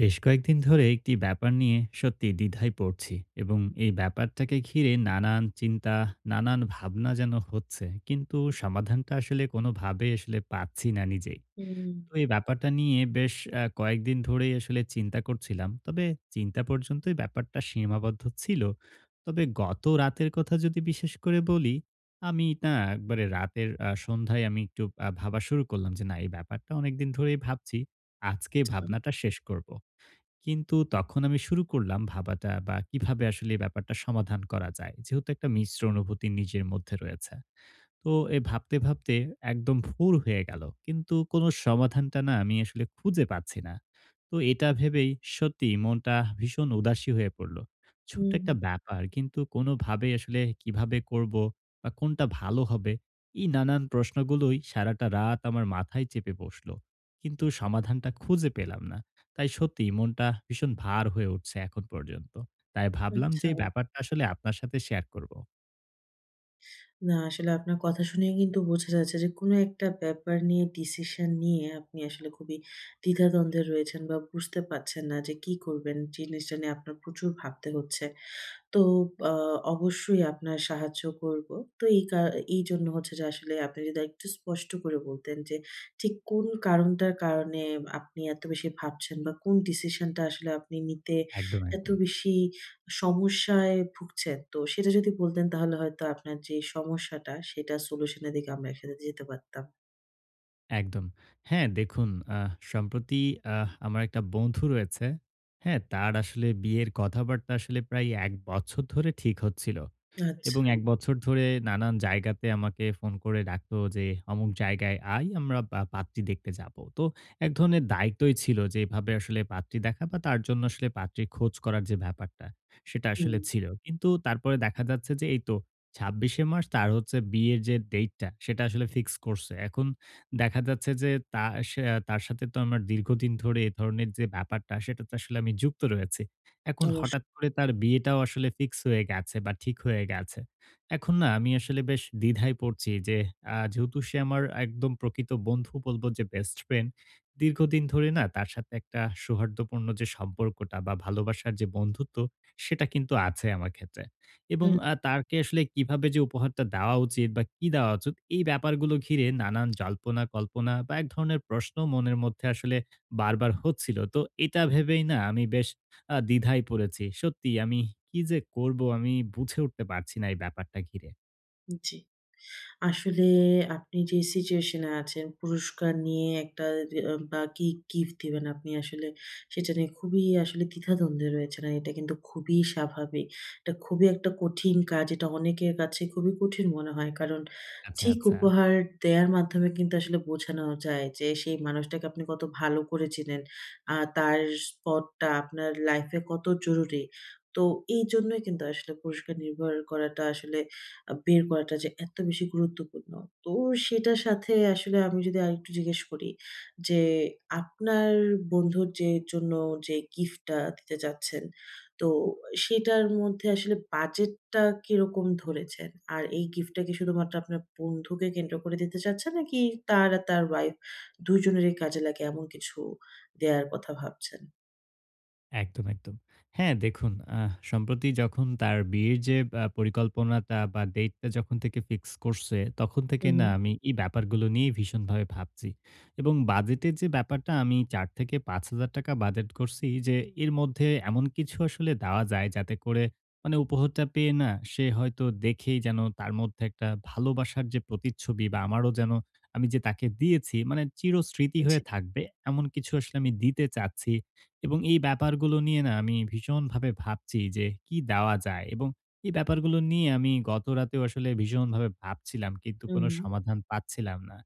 বেশ কয়েকদিন ধরে একটি ব্যাপার নিয়ে সত্যি দ্বিধায় পড়ছি এবং এই ব্যাপারটাকে ঘিরে নানান চিন্তা, নানান ভাবনা যেন হচ্ছে। কিন্তু সমাধানটা আসলে কোনোভাবে আসলে পাচ্ছি না নিজেই। হুম, তো এই ব্যাপারটা নিয়ে বেশ কয়েকদিন ধরেই আসলে চিন্তা করছিলাম। তবে চিন্তা পর্যন্তই ব্যাপারটা সীমাবদ্ধ ছিল। তবে গত রাতের কথা যদি বিশেষ করে বলি, আমি না একবারে রাতের সন্ধ্যায় আমি একটু ভাবা শুরু করলাম যে, না এই ব্যাপারটা অনেকদিন ধরেই ভাবছি। আজকে আচ্ছা। ভাবনাটা শেষ করব। কিন্তু তখন আমি শুরু করলাম ভাবাটা বা কিভাবে আসলে এই ব্যাপারটা সমাধান করা যায়। যেহেতু একটা মিশ্র অনুভূতি নিজের মধ্যে রয়েছে। তো এ ভাবতে, ভাবতে একদম ভোর হয়ে গেল। কিন্তু কোনো সমাধানটা না আমি আসলে খুঁজে পাচ্ছি না। তো এটা ভেবেই সত্যিই মনটা ভীষণ উদাসী হয়ে পড়ল। ছোট্ট হুম, একটা ব্যাপার কিন্তু কোনোভাবে আসলে কিভাবে করব বা কোনটা ভালো হবে? এই নানান প্রশ্নগুলোই সারাটা রাত আমার মাথায় চেপে বসলো। কিন্তু সমাধানটা খুঁজে পেলাম না। তাই সত্যিই মনটা ভীষণ ভার হয়ে উঠছে এখন পর্যন্ত। তাই ভাবলাম যে আচ্ছা। এই ব্যাপারটা আসলে আপনার সাথে শেয়ার করব। না আসলে আপনার কথা শুনেই কিন্তু বোঝা যাচ্ছে যে কোনো একটা ব্যাপার নিয়ে ডিসিশন নিয়ে আপনি আসলে খুবই দ্বিধাদ্বন্দ্বে রয়েছেন বা বুঝতে পারছেন না যে কি করবেন। জিনিসটা নিয়ে আপনার প্রচুর ভাবতে হচ্ছে। তো আ অবশ্যই আপনার সাহায্য করব। তো এই কা এইজন্য হচ্ছে যে আসলে আপনি যদি আরেকটু স্পষ্ট করে বলতেন যে ঠিক কোন কারণটার কারণে আপনি এত বেশি ভাবছেন বা কোন ডিসিশনটা আসলে আপনি নিতে একদম, এত একদম, বেশি সমস্যায় ভুগছেন। তো সেটা যদি বলতেন তাহলে হয়তো আপনার যে সমস্যাটা সেটা সলিউশন এর দিকে আমরা একসাথে যেতে পারতাম। একদম। হ্যাঁ, দেখুন সম্প্রতি আমার একটা বন্ধু রয়েছে। হ্যাঁ, তার আসলে বিয়ের কথাবার্তা আসলে প্রায় ১ বছর ধরে ঠিক হচ্ছিল। আচ্ছা। এবং ১ বছর ধরে নানান জায়গাতে আমাকে ফোন করে ডাকতো যে, "অমুক জায়গায় আয়, আমরা পাত্রী দেখতে যাবো।" তো এক ধরনের দায়িত্বই ছিল যে এভাবে আসলে পাত্রী দেখা বা তার জন্য আসলে পাত্রী খোঁজ করার যে ব্যাপারটা, সেটা হুম, আসলে ছিল। কিন্তু তারপরে দেখা যাচ্ছে যে এই তো ২৬শে মার্চ তার হচ্ছে বিয়ের যে ডেটটা, সেটা আসলে ফিক্স করছে। এখন দেখা যাচ্ছে যে তা সে তার সাথে তো আমার দীর্ঘদিন ধরে এ ধরনের যে ব্যাপারটা, সেটাতে আসলে আমি যুক্ত রয়েছি। এখন হঠাৎ অবশ্যই। করে তার বিয়েটাও আসলে ফিক্স হয়ে গেছে বা ঠিক হয়ে গেছে। এখন না আমি আসলে বেশ দ্বিধায় পড়ছি যে যেহেতু সে আমার একদম প্রকৃত বন্ধু বলব যে বেস্ট ফ্রেন্ড, দীর্ঘদিন ধরে না তার সাথে একটা সৌহার্দ্যপূর্ণ যে সম্পর্কটা বা ভালোবাসার যে বন্ধুত্ব সেটা কিন্তু আছে আমার ক্ষেত্রে। এবং হুম, তাকে আসলে কিভাবে যে উপহারটা দেওয়া উচিত বা কি দেওয়া উচিত এই ব্যাপারগুলো ঘিরে নানান জল্পনা কল্পনা বা এক ধরনের প্রশ্ন মনের মধ্যে আসলে বারবার হচ্ছিল। তো এটা ভেবেই না আমি বেশ দ্বিধায় পড়েছি। সত্যি আমি কি যে করব আমি বুঝে উঠতে পারছি না এই ব্যাপারটা ঘিরে। জি। আসলে আপনি যে সিচুয়েশন এ আছেন, পুরস্কার নিয়ে একটা যে বা কি গিফট দিবেন আপনি আসলে সেটা নিয়ে খুবই আসলে দ্বিধাদ্বন্দ্বে রয়েছেন। আর এটা কিন্তু খুবই স্বাভাবিক। এটা খুবই একটা কঠিন কাজ। এটা অনেকের কাছে খুবই কঠিন মনে হয়। কারণ আচ্ছা, ঠিক আচ্ছা। উপহার দেয়ার মাধ্যমে কিন্তু আসলে বোঝানো যায় যে সেই মানুষটাকে আপনি কত ভালো করে চিনেন। তার স্পটটা আপনার লাইফ এ কত জরুরি। তো এইজন্যই কিন্তু আসলে পুরস্কার নির্ভর করাটা আসলে বের করাটা যে এত বেশি গুরুত্বপূর্ণ। তো সেটার সাথে আসলে আমি যদি আরেকটু জিজ্ঞেস করি যে, আপনার বন্ধুর যে জন্য যে গিফটটা দিতে চাচ্ছেন, তো সেটার মধ্যে আসলে বাজেটটা কিরকম ধরেছেন? আর এই গিফটটা কি শুধুমাত্র আপনার বন্ধুকে কেন্দ্র করে দিতে চাচ্ছেন? নাকি তার আর তার ওয়াইফ ২ জনেরই কাজে লাগে এমন কিছু দেয়ার কথা ভাবছেন? একদম, একদম। হ্যাঁ, দেখুন সম্প্রতি যখন তার বিয়ের যে পরিকল্পনাটা বা ডেটটা যখন থেকে ফিক্স করছে, তখন হুম, থেকে না হুম। আমি এই ব্যাপারগুলো নিয়ে ভীষণভাবে ভাবছি। এবং বাজেটের যে ব্যাপারটা আমি ৳৪,০০০ থেকে ৳৫,০০০ বাজেট করছি যে এর মধ্যে এমন কিছু আসলে দেওয়া যায় যাতে করে মানে উপহারটা পেয়ে না সে হয়তো দেখেই যেন তার মধ্যে একটা ভালোবাসার যে প্রতিচ্ছবি বা আমারও যেন আমি যে তাকে দিয়েছি মানে চিরস্মৃতি জি। হয়ে থাকবে এমন কিছু আসলে আমি দিতে চাচ্ছি। এবং এই ব্যাপারগুলো নিয়ে না আমি ভীষণভাবে ভাবছি যে কি দেওয়া যায় এবং এই ব্যাপারগুলো নিয়ে আমি গত রাতেও আসলে ভীষণভাবে ভাবছিলাম কিন্তু হুম, কোনো হুম। সমাধান পাচ্ছিলাম না।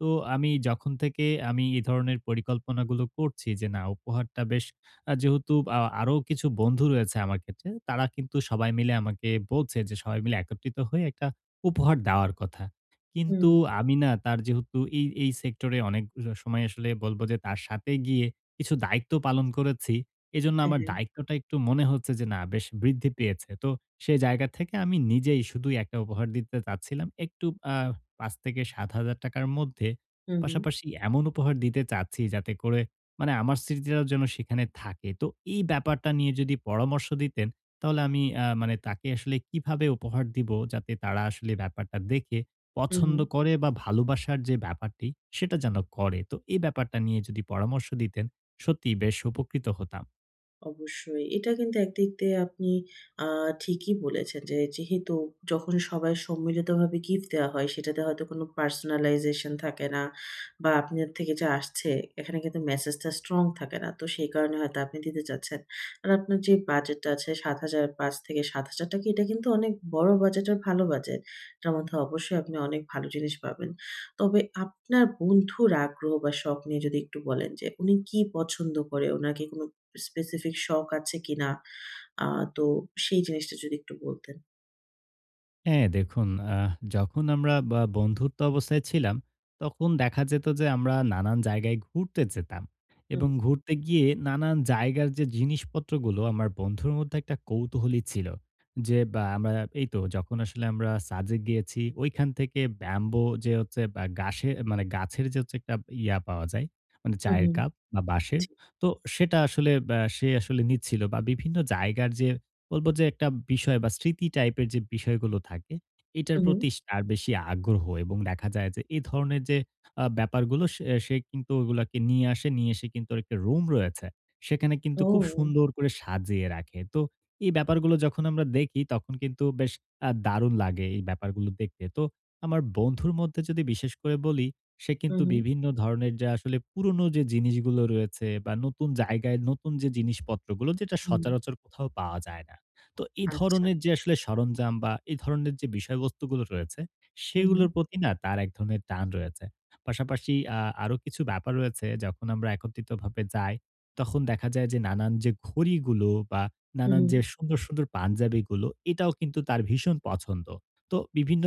তো আমি যখন থেকে আমি এই ধরনের পরিকল্পনাগুলো করছি যে না উপহারটা বেশ যেহেতু আরো কিছু বন্ধু রয়েছে আমার ক্ষেত্রে তারা কিন্তু সবাই মিলে আমাকে বলছে যে সবাই মিলে একত্রিত হয়ে একটা উপহার দেওয়ার কথা। হুম। কিন্তু আমি না তার যেহেতু এই সেক্টরে অনেক সময় আসলে বলব যে তার সাথে গিয়ে কিছু দায়িত্ব পালন করেছি। এজন্য হ্যাঁ, আমার হ্যাঁ। দায়িত্বটা একটু মনে হচ্ছে যে না বেশ বৃদ্ধি পেয়েছে। তো সেই জায়গা থেকে আমি নিজেই শুধুই একটা উপহার দিতে চাচ্ছিলাম। একটু আ ৳৫,০০০-৳৭,০০০ র মধ্যে। হুম, হুম। পাশাপাশি এমন উপহার দিতে চাচ্ছি যাতে করে মানে আমার স্মৃতিটাও যেন সেখানে থাকে। তো এই ব্যাপারটা নিয়ে যদি পরামর্শ দিতেন তাহলে আমি মানে তাকে আসলে কিভাবে উপহার দিব যাতে তারা আসলে ব্যাপারটা দেখে হুম, পছন্দ হুম। করে বা ভালোবাসার যে ব্যাপারটি সেটা যেন করে। তো এই ব্যাপারটা নিয়ে যদি পরামর্শ দিতেন সত্যিই বেশ উপকৃত হতাম। অবশ্যই। এটা কিন্তু একদিক দিয়ে আপনি আ ঠিকই বলেছেন যে, যেহেতু যখন সবাই সম্মিলিতভাবে গিফট দেওয়া হয়, সেটাতে হয়তো কোনো personalization থাকে না বা আপনার থেকে যা আসছে, এখানে কিন্তু মেসেজটা স্ট্রং থাকে না। তো সেই কারণে হয়তো আপনি দিতে চাচ্ছেন। আর আপনার যে বাজেটটা আছে ৳৭,০০০ ৳৫,০০০-৳৭,০০০ এটা কিন্তু অনেক বড় বাজেট আর ভালো বাজেট। এটার মধ্যে অবশ্যই আপনি অনেক ভালো জিনিস পাবেন। তবে আপনার বন্ধুর আগ্রহ বা শখ নিয়ে যদি একটু বলেন যে, উনি কি পছন্দ করে? উনার কি কোনো স্পেসিফিক শখ আছে কিনা? আ তো সেই জিনিসটা যদি একটু বলতেন। হ্যাঁ, দেখুন যখন আমরা বা বন্ধুত্ব অবস্থায় ছিলাম, তখন দেখা যেত যে আমরা নানান জায়গায় ঘুরতে যেতাম হুম, এবং ঘুরতে গিয়ে নানান জায়গার যে জিনিসপত্রগুলো আমার বন্ধুর মধ্যে একটা কৌতূহলী ছিল। যে বা আমরা এই তো যখন আসলে আমরা সাজেক গিয়েছি, ঐখান থেকে ব্যাম্বো যে হচ্ছে বা গাসে মানে গাছের যে হচ্ছে একটা ইয়া পাওয়া যায়, মানে উহু, চায়ের কাপ বা বাঁশের। জি। তো সেটা আসলে সে আসলে নিচ্ছিল বা বিভিন্ন জায়গার যে বলব যে একটা বিষয় বা স্মৃতি টাইপের যে বিষয়গুলো থাকে, এটার উহু, প্রতি তার বেশি আগ্রহ এবং দেখা যায় যে এ ধরনের যে ব্যাপারগুলো সে সে কিন্তু ওগুলাকে নিয়ে আসে, নিয়ে এসে কিন্তু ওর একটা রুম রয়েছে। সেখানে কিন্তু খুব ও! সুন্দর করে সাজিয়ে রাখে। তো এই ব্যাপারগুলো যখন আমরা দেখি তখন কিন্তু বেশ দারুণ লাগে এই ব্যাপারগুলো দেখতে। তো আমার বন্ধুর মধ্যে যদি বিশেষ করে বলি, সে কিন্তু উহু, বিভিন্ন ধরনের যে আসলে পুরনো যে জিনিসগুলো রয়েছে বা নতুন জায়গায় নতুন যে জিনিসপত্রগুলো যেটা হুম, সচরাচর কোথাও পাওয়া যায় না। তো এই আচ্ছা। ধরনের যে আসলে সরঞ্জাম বা এই ধরনের যে বিষয়বস্তুগুলো রয়েছে, উহু, সেগুলোর প্রতি না তার এক ধরনের টান রয়েছে। পাশাপাশি আরো কিছু ব্যাপার রয়েছে যখন আমরা একত্রিতভাবে যাই, তখন দেখা যায় যে নানান যে ঘড়িগুলো বা নানান যে উহু, সুন্দর, সুন্দর পাঞ্জাবিগুলো এটাও কিন্তু তার ভীষণ পছন্দ। তো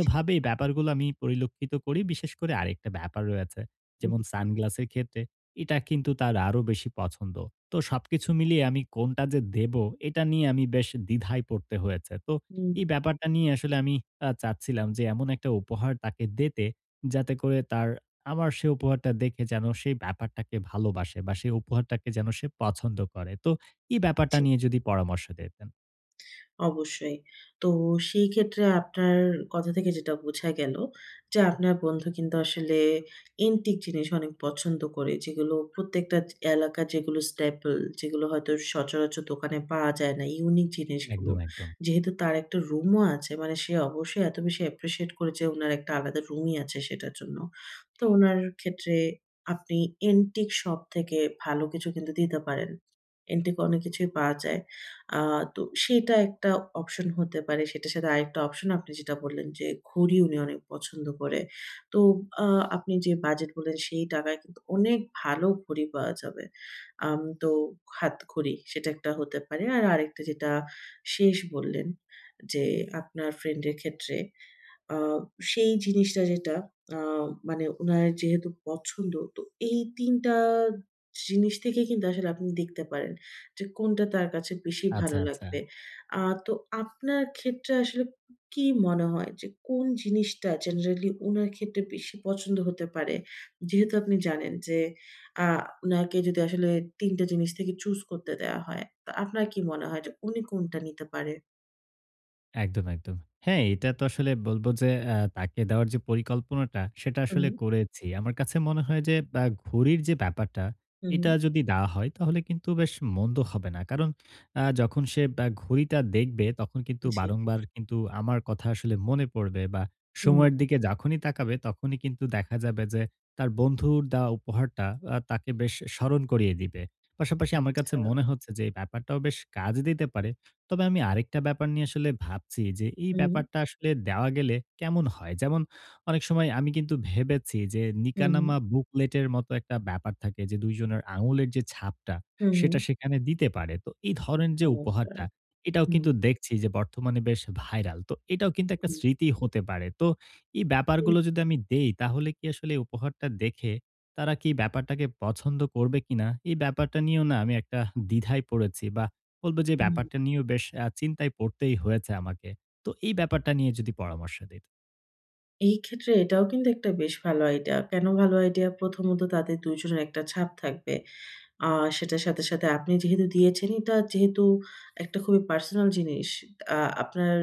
জি। এই ব্যাপারগুলো আমি পরিলক্ষিত করি। বিশেষ করে আরেকটা ব্যাপার রয়েছে। হুম, যেমন সানগ্লাসের ক্ষেত্রে এটা কিন্তু তার আরো বেশি পছন্দ। তো সবকিছু মিলিয়ে আমি কোনটা যে দেবো, এটা নিয়ে আমি বেশ দ্বিধায় পড়তে হয়েছে। তো হুম। এই ব্যাপারটা নিয়ে আসলে আমি চাচ্ছিলাম যে এমন একটা উপহার তাকে দিতে, যাতে করে তার আমার সে উপহারটা দেখে যেন সেই ব্যাপারটাকে ভালোবাসে বা সেই উপহারটাকে যেন সে পছন্দ করে। তো এই ব্যাপারটা নিয়ে যদি পরামর্শ দিতেন। অবশ্যই। তো সেই ক্ষেত্রে আপনার কথা থেকে যেটা বোঝা গেল যে, আপনার বন্ধু কিন্তু আসলে এন্টিক জিনিস অনেক পছন্দ করে। যেগুলো প্রত্যেকটা এলাকার যেগুলো staple যেগুলো হয়তো সচরাচর দোকানে পাওয়া যায় না, ইউনিক জিনিসগুলো। একদম, একদম। যেহেতু তার একটা রুমও আছে মানে সে অবশ্যই এত বেশি appreciate করে যে, উনার একটা আলাদা রুমই আছে সেটার জন্য। তো উনার ক্ষেত্রে আপনি এন্টিক শপ থেকে ভালো কিছু কিন্তু দিতে পারেন। এন্টিক অনেক কিছুই পাওয়া যায়। আ তো সেটা একটা অপশন হতে পারে। সেটার সাথে আরেকটা অপশন আপনি যেটা বললেন যে, ঘড়ি উনি অনেক পছন্দ করে। তো আ আপনি যে বাজেট বললেন সেই টাকায় কিন্তু অনেক ভালো ঘড়ি পাওয়া যাবে। তো হাতঘড়ি সেটা একটা হতে পারে। আর আরেকটা যেটা শেষ বললেন যে, আপনার ফ্রেন্ডের ক্ষেত্রে আ সেই জিনিসটা যেটা আ মানে উনার যেহেতু পছন্দ, তো এই ৩ টা জিনিস থেকে কিন্তু আসলে আপনি দেখতে পারেন যে কোনটা তার কাছে বেশি আচ্ছা, ভালো আচ্ছা। লাগবে। তো আপনার ক্ষেত্রে আসলে কি মনে হয় যে কোন জিনিসটা জেনারেলি উনার ক্ষেত্রে বেশি পছন্দ হতে পারে? যেহেতু আপনি জানেন যে আ উনাকে যদি আসলে ৩ টা জিনিস থেকে চুজ করতে দেয়া হয়, তো আপনার কি মনে হয় যে উনি কোনটা নিতে পারে? একদম, একদম। হ্যাঁ, এটা তো আসলে বলব যে তাকে দেওয়ার যে পরিকল্পনাটা সেটা হুম, আসলে করেছি। আমার কাছে মনে হয় যে ঘুড়ির যে ব্যাপারটা, হুম, এটা যদি দেওয়া হয় তাহলে কিন্তু বেশ মন্দ হবে না। কারণ যখন সে ঘুড়িটা দেখবে তখন কিন্তু জি। বারংবার কিন্তু আমার কথা আসলে মনে পড়বে বা হুম, সময়ের দিকে যখনই তাকাবে তখনই কিন্তু দেখা যাবে যে তার বন্ধুর দেওয়া উপহারটা তাকে বেশ স্মরণ করিয়ে দিবে। পাশাপাশি আমার কাছে আচ্ছা। মনে হচ্ছে যে এই ব্যাপারটাও বেশ কাজে দিতে পারে। তবে আমি আরেকটা ব্যাপার নিয়ে আসলে ভাবছি যে, এই হুম, ব্যাপারটা আসলে দেওয়া গেলে কেমন হয়? যেমন অনেক সময় আমি কিন্তু ভেবেছি যে, হুম, নিকানামা বুকলেটের মতো একটা ব্যাপার থাকে যে, ২ জনের আঙুলের যে ছাপটা, হুম, হুম। সেটা সেখানে দিতে পারে। তো এই ধরনের যে চমৎকার। উপহারটা, এটাও হুম, কিন্তু দেখছি যে বর্তমানে বেশ ভাইরাল। তো এটাও কিন্তু একটা হুম। স্মৃতি হতে পারে। তো এই এ ব্যাপারগুলো যদি আমি দেই, তাহলে কি আসলে এই উপহারটা দেখে তারা কি ব্যাপারটাকে পছন্দ করবে কিনা? এই ব্যাপারটা নিয়েও না আমি একটা দ্বিধায় পড়েছি বা বলবো যে হুম, ব্যাপারটা নিয়েও বেশ চিন্তায় পড়তেই হয়েছে আমাকে। তো এই ব্যাপারটা নিয়ে যদি পরামর্শ দিতেন। এই ক্ষেত্রে এটাও কিন্তু একটা বেশ ভালো আইডিয়া। কেন ভালো আইডিয়া? প্রথমত তাদের ২ জনের একটা ছাপ থাকবে। আ সেটার সাথে, সাথে আপনি যেহেতু দিয়েছেন এটা যেহেতু একটা খুবই পার্সোনাল জিনিস। আ আপনার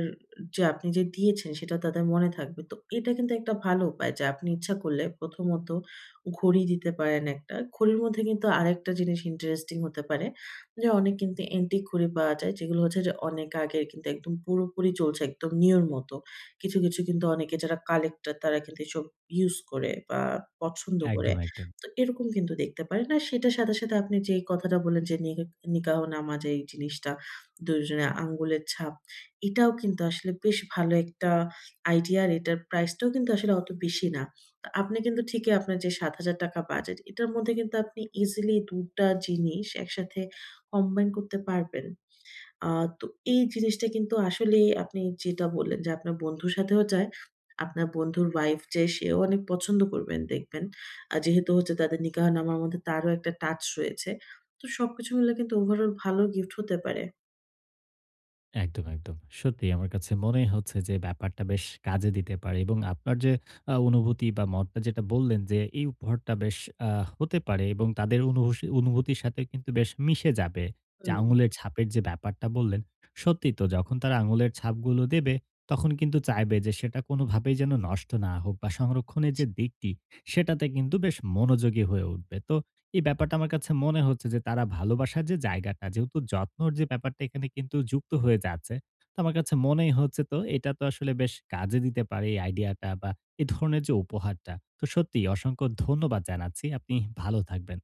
যে আপনি যে দিয়েছেন সেটা তাদের মনে থাকবে। তো এটা কিন্তু একটা ভালো উপায় যে আপনি ইচ্ছা করলে প্রথমত ঘড়ি দিতে পারেন একটা। ঘড়ির মধ্যে কিন্তু আরেকটা জিনিস ইন্টারেস্টিং হতে পারে যে অনেক কিন্তু অ্যান্টিক ঘড়ি পাওয়া যায় যেগুলো হচ্ছে যে অনেক আগের কিন্তু একদম পুরোপুরি চলছে একদম নিউর মতো। কিছু কিন্তু অনেকে যারা কালেক্টর তারা কিন্তু এসব ইউস করে বা পছন্দ করে। একদম, একদম। তো এরকম কিন্তু দেখতে পারেন। আর সেটার সাথে, সাথে আপনি যে কথাটা বললেন যে, নিকাহ নামা যে এই জিনিসটা, ২ জনের আঙ্গুলের ছাপ, এটাও কিন্তু আসলে বেশ ভালো একটা আইডিয়া আর এটার প্রাইসটাও কিন্তু আসলে অত বেশি না। তো আপনি কিন্তু ঠিকই আপনার যে ৳৭,০০০ বাজেট, এটার মধ্যে কিন্তু আপনি ইজিলি ২ টা জিনিস একসাথে কম্বাইন করতে পারবেন। আ তো এই জিনিসটা কিন্তু আসলেই আপনি যেটা বললেন যে, আপনার বন্ধুর সাথেও যায়। আপনার বন্ধুর ওয়াইফ যে সেও অনেক পছন্দ করবেন দেখবেন। যেহেতু হচ্ছে তাদের নিকাহনামার মধ্যে তারও একটা টাচ রয়েছে। তো সবকিছু মিলে কিন্তু ওভারঅল ভালো গিফট হতে পারে। একদম, একদম। সত্যি আমার কাছে মনেই হচ্ছে যে ব্যাপারটা বেশ কাজে দিতে পারে এবং আপনার যে অনুভূতি বা মতটা যেটা বললেন যে এই উপহারটা বেশ আ হতে পারে এবং তাদের অনুভূতির সাথে কিন্তু বেশ মিশে যাবে। যে হুম। আঙুলের ছাপের যে ব্যাপারটা বললেন, সত্যিই তো যখন তারা আঙুলের ছাপগুলো দেবে তখন কিন্তু চাইবে যে সেটা কোনোভাবেই যেন নষ্ট না হোক বা সংরক্ষণের যে দিকটি সেটাতে কিন্তু বেশ মনোযোগী হয়ে উঠবে। তো এই ব্যাপারটা আমার কাছে মনে হচ্ছে যে তারা ভালোবাসার যে জায়গাটা, যেহেতু যত্নর যে ব্যাপারটা এখানে কিন্তু যুক্ত হয়ে যাচ্ছে। তো আমার কাছে মনেই হচ্ছে তো এটা তো আসলে বেশ কাজে দিতে পারে এই আইডিয়াটা বা এ ধরনের যে উপহারটা। তো সত্যিই অসংখ্য ধন্যবাদ জানাচ্ছি। আপনি ভালো থাকবেন।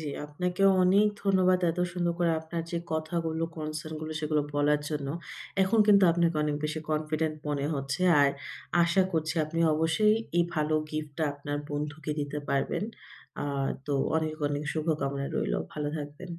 জি, আপনাকেও অনেক ধন্যবাদ এত সুন্দর করে আপনার যে কথাগুলো, কনসার্ন গুলো সেগুলো বলার জন্য। এখন কিন্তু আপনাকে অনেক বেশি কনফিডেন্ট মনে হচ্ছে। আর আশা করছি আপনি অবশ্যই এই ভালো গিফটটা আপনার বন্ধুকে দিতে পারবেন। আ তো অনেক, অনেক শুভকামনা রইলো। ভালো থাকবেন।